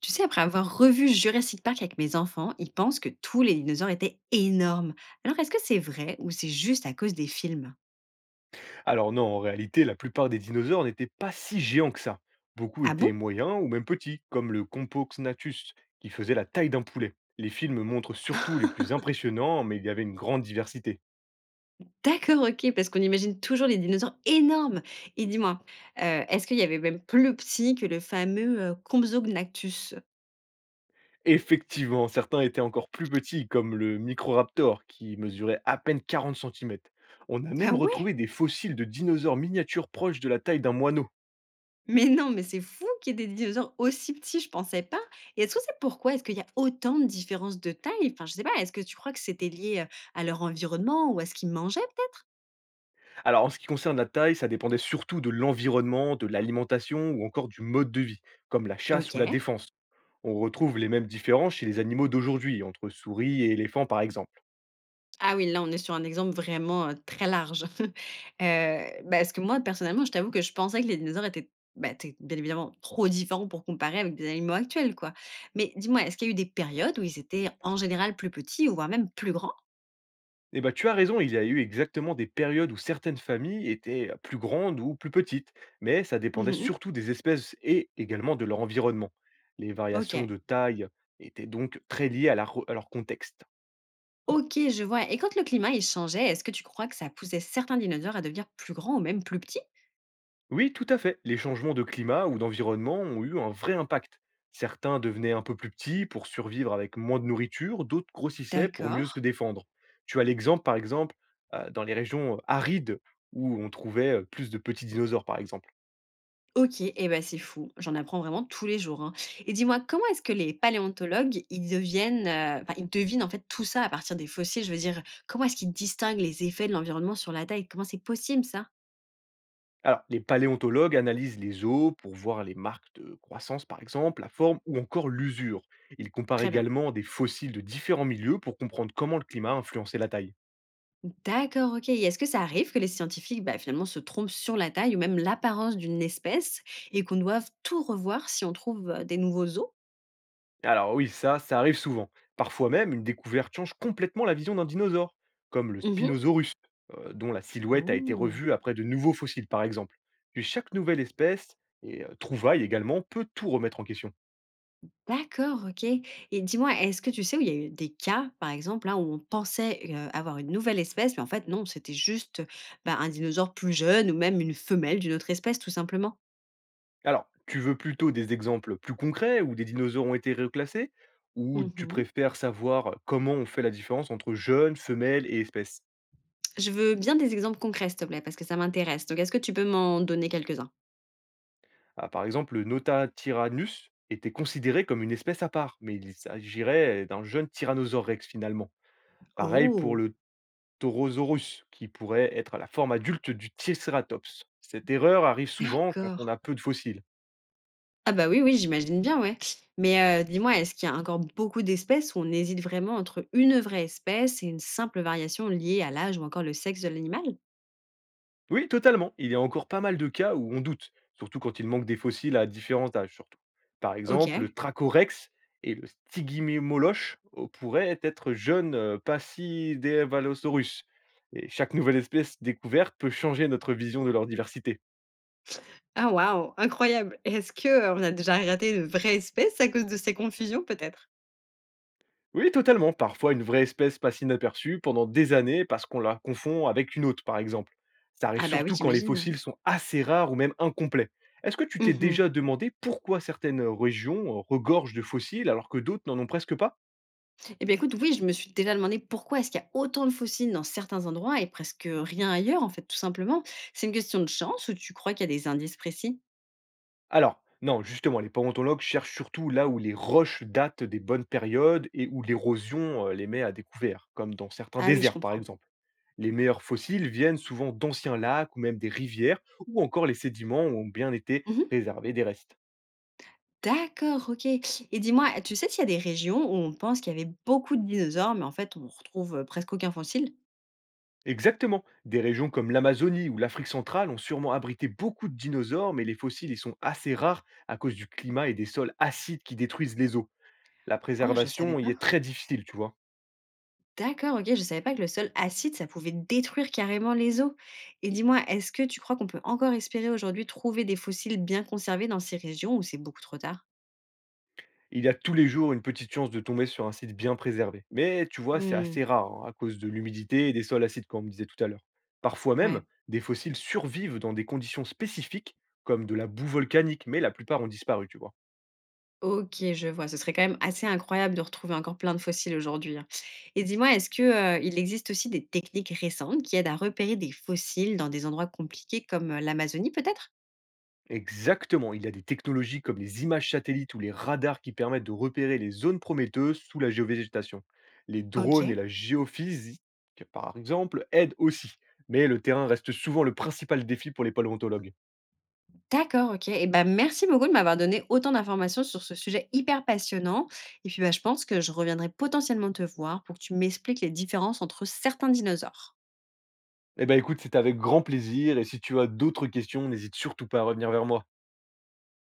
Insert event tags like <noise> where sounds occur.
Tu sais, après avoir revu Jurassic Park avec mes enfants, ils pensent que tous les dinosaures étaient énormes. Alors, est-ce que c'est vrai ou c'est juste à cause des films? Alors non, en réalité, la plupart des dinosaures n'étaient pas si géants que ça. Beaucoup Ah étaient bon? moyens ou même petits, comme le Compsognathus, qui faisait la taille d'un poulet. Les films montrent surtout les plus impressionnants, mais il y avait une grande diversité. D'accord, ok, parce qu'on imagine toujours les dinosaures énormes. Et dis-moi, est-ce qu'il y avait même plus petit que le fameux Compsognathrus? Effectivement, certains étaient encore plus petits, comme le Microraptor, qui mesurait à peine 40 centimètres. On a Ah même ouais. retrouvé des fossiles de dinosaures miniatures proches de la taille d'un moineau. Mais non, mais c'est fou qu'il y ait des dinosaures aussi petits, je pensais pas. Et est-ce que c'est pourquoi? Est-ce qu'il y a autant de différences de taille? Enfin, je sais pas, est-ce que tu crois que c'était lié à leur environnement ou à ce qu'ils mangeaient peut-être? Alors en ce qui concerne la taille, ça dépendait surtout de l'environnement, de l'alimentation ou encore du mode de vie, comme la chasse ou la Ok. défense. On retrouve les mêmes différences chez les animaux d'aujourd'hui, entre souris et éléphants par exemple. Ah oui, là, on est sur un exemple vraiment, très large. <laughs> Heu, parce que moi, personnellement, je t'avoue que je pensais que les dinosaures étaient, bah, étaient bien évidemment trop différents pour comparer avec des animaux actuels, quoi. Mais dis-moi, est-ce qu'il y a eu des périodes où ils étaient en général plus petits, ou voire même plus grands? Eh ben, tu as raison, il y a eu exactement des périodes où certaines familles étaient plus grandes ou plus petites, mais ça dépendait Mmh. surtout des espèces et également de leur environnement. Les variations OK. de taille étaient donc très liées à leur contexte. OK, je vois, et quand le climat, il changeait, est-ce que tu crois que ça poussait certains dinosaures à devenir plus grands ou même plus petits? Oui, tout à fait. Les changements de climat ou d'environnement ont eu un vrai impact. Certains devenaient un peu plus petits pour survivre avec moins de nourriture, d'autres grossissaient pour mieux D'accord. se défendre. Tu as l'exemple, par exemple, dans les régions arides où on trouvait plus de petits dinosaures, par exemple. OK et ben c'est fou, j'en apprends vraiment tous les jours, hein. Et dis-moi, comment est-ce que les paléontologues, ils deviennent, enfin, ils devinent, en fait, tout ça à partir des fossiles? Je veux dire, comment est-ce qu'ils distinguent les effets de l'environnement sur la taille? Comment c'est possible ça? Alors, les paléontologues analysent les os pour voir les marques de croissance, par exemple, la forme ou encore l'usure. Ils comparent Très bien. également des fossiles de différents milieux pour comprendre comment le climat influençait la taille. D'accord, OK, et est-ce que ça arrive que les scientifiques, bah, finalement, se trompent sur la taille ou même l'apparence d'une espèce et qu'on doive tout revoir si on trouve, des nouveaux os? Alors oui, ça arrive souvent. Parfois même, une découverte change complètement la vision d'un dinosaure, comme le Mmh. Spinosaurus, dont la silhouette a été Oh! revue après de nouveaux fossiles, par exemple. Puis chaque nouvelle espèce, et trouvaille également, peut tout remettre en question. D'accord, OK. Et dis-moi, est-ce que tu sais où il y a eu des cas, par exemple, hein, où on pensait, avoir une nouvelle espèce, mais en fait non, c'était juste, bah, un dinosaure plus jeune ou même une femelle d'une autre espèce, tout simplement? Alors, tu veux plutôt des exemples plus concrets où des dinosaures ont été reclassés, ou tu Mmh. préfères savoir comment on fait la différence entre jeunes, femelles et espèces? Je veux bien des exemples concrets, s'il te plaît, parce que ça m'intéresse. Donc est-ce que tu peux m'en donner quelques-uns? Ah, par exemple, le Notatyrannus était considéré comme une espèce à part, mais il s'agirait d'un jeune tyrannosaure rex finalement. Pareil pour Oh! le Taurosaurus, qui pourrait être la forme adulte du Triceratops. Cette erreur arrive souvent quand D'accord. on a peu de fossiles. Ah bah, oui, oui, j'imagine bien, ouais. Mais, dis-moi, est-ce qu'il y a encore beaucoup d'espèces où on hésite vraiment entre une vraie espèce et une simple variation liée à l'âge ou encore le sexe de l'animal? Oui, totalement. Il y a encore pas mal de cas où on doute, surtout quand il manque des fossiles à différents âges, surtout. Par exemple, le OK. Trachorex et le Stygimoloch pourraient être jeunes Passidevalosaurus. Et chaque nouvelle espèce découverte peut changer notre vision de leur diversité. Ah waouh, incroyable! Et est-ce que, on a déjà raté de vraies espèces à cause de ces confusions peut-être? Oui, totalement. Parfois, une vraie espèce passe inaperçue pendant des années parce qu'on la confond avec une autre, par exemple. Ça arrive Ah bah oui, surtout quand les j'imagine. fossiles sont assez rares ou même incomplets. Est-ce que tu t'es Mmh mh. déjà demandé pourquoi certaines régions regorgent de fossiles alors que d'autres n'en ont presque pas? Et bien écoute, oui, je me suis déjà demandé pourquoi est-ce qu'il y a autant de fossiles dans certains endroits et presque rien ailleurs, en fait, tout simplement. C'est une question de chance ou tu crois qu'il y a des indices précis? Alors, non, justement, les paléontologues cherchent surtout là où les roches datent des bonnes périodes et où l'érosion les met à découvert, comme dans certains Ah oui, je déserts par comprends. exemple. Les meilleurs fossiles viennent souvent d'anciens lacs ou même des rivières, où encore les sédiments ont bien été Mmh. préservés des restes. D'accord, OK. Et dis-moi, tu sais s'il y a des régions où on pense qu'il y avait beaucoup de dinosaures, mais en fait on retrouve, presque aucun fossile? Exactement, des régions comme l'Amazonie ou l'Afrique centrale ont sûrement abrité beaucoup de dinosaures, mais les fossiles y sont assez rares à cause du climat et des sols acides qui détruisent les eaux. La Oh, je savais préservation y est pas. très difficile, tu vois. D'accord, OK, je savais pas que le sol acide, ça pouvait détruire carrément les os. Et dis-moi, est-ce que tu crois qu'on peut encore espérer aujourd'hui trouver des fossiles bien conservés dans ces régions, ou c'est beaucoup trop tard? Il y a tous les jours une petite chance de tomber sur un site bien préservé. Mais tu vois, c'est Hmm, assez rare hein, à cause de l'humidité et des sols acides, comme on me disait tout à l'heure. Parfois même, ouais. des fossiles survivent dans des conditions spécifiques, comme de la boue volcanique, mais la plupart ont disparu, tu vois. Ok, je vois. Ce serait quand même assez incroyable de retrouver encore plein de fossiles aujourd'hui, hein. Et dis-moi, est-ce que, il existe aussi des techniques récentes qui aident à repérer des fossiles dans des endroits compliqués comme l'Amazonie peut-être? Exactement, il y a des technologies comme les images satellites ou les radars qui permettent de repérer les zones prometteuses sous la géovégétation. Les drones et Ok. la géophysique, par exemple, aident aussi. Mais le terrain reste souvent le principal défi pour les paléontologues. D'accord, OK et ben merci beaucoup de m'avoir donné autant d'informations sur ce sujet hyper passionnant, et puis, bah, je pense que je reviendrai potentiellement te voir pour que tu m'expliques les différences entre certains dinosaures. Eh ben, écoute, c'était avec grand plaisir et si tu as d'autres questions, n'hésite surtout pas à revenir vers moi.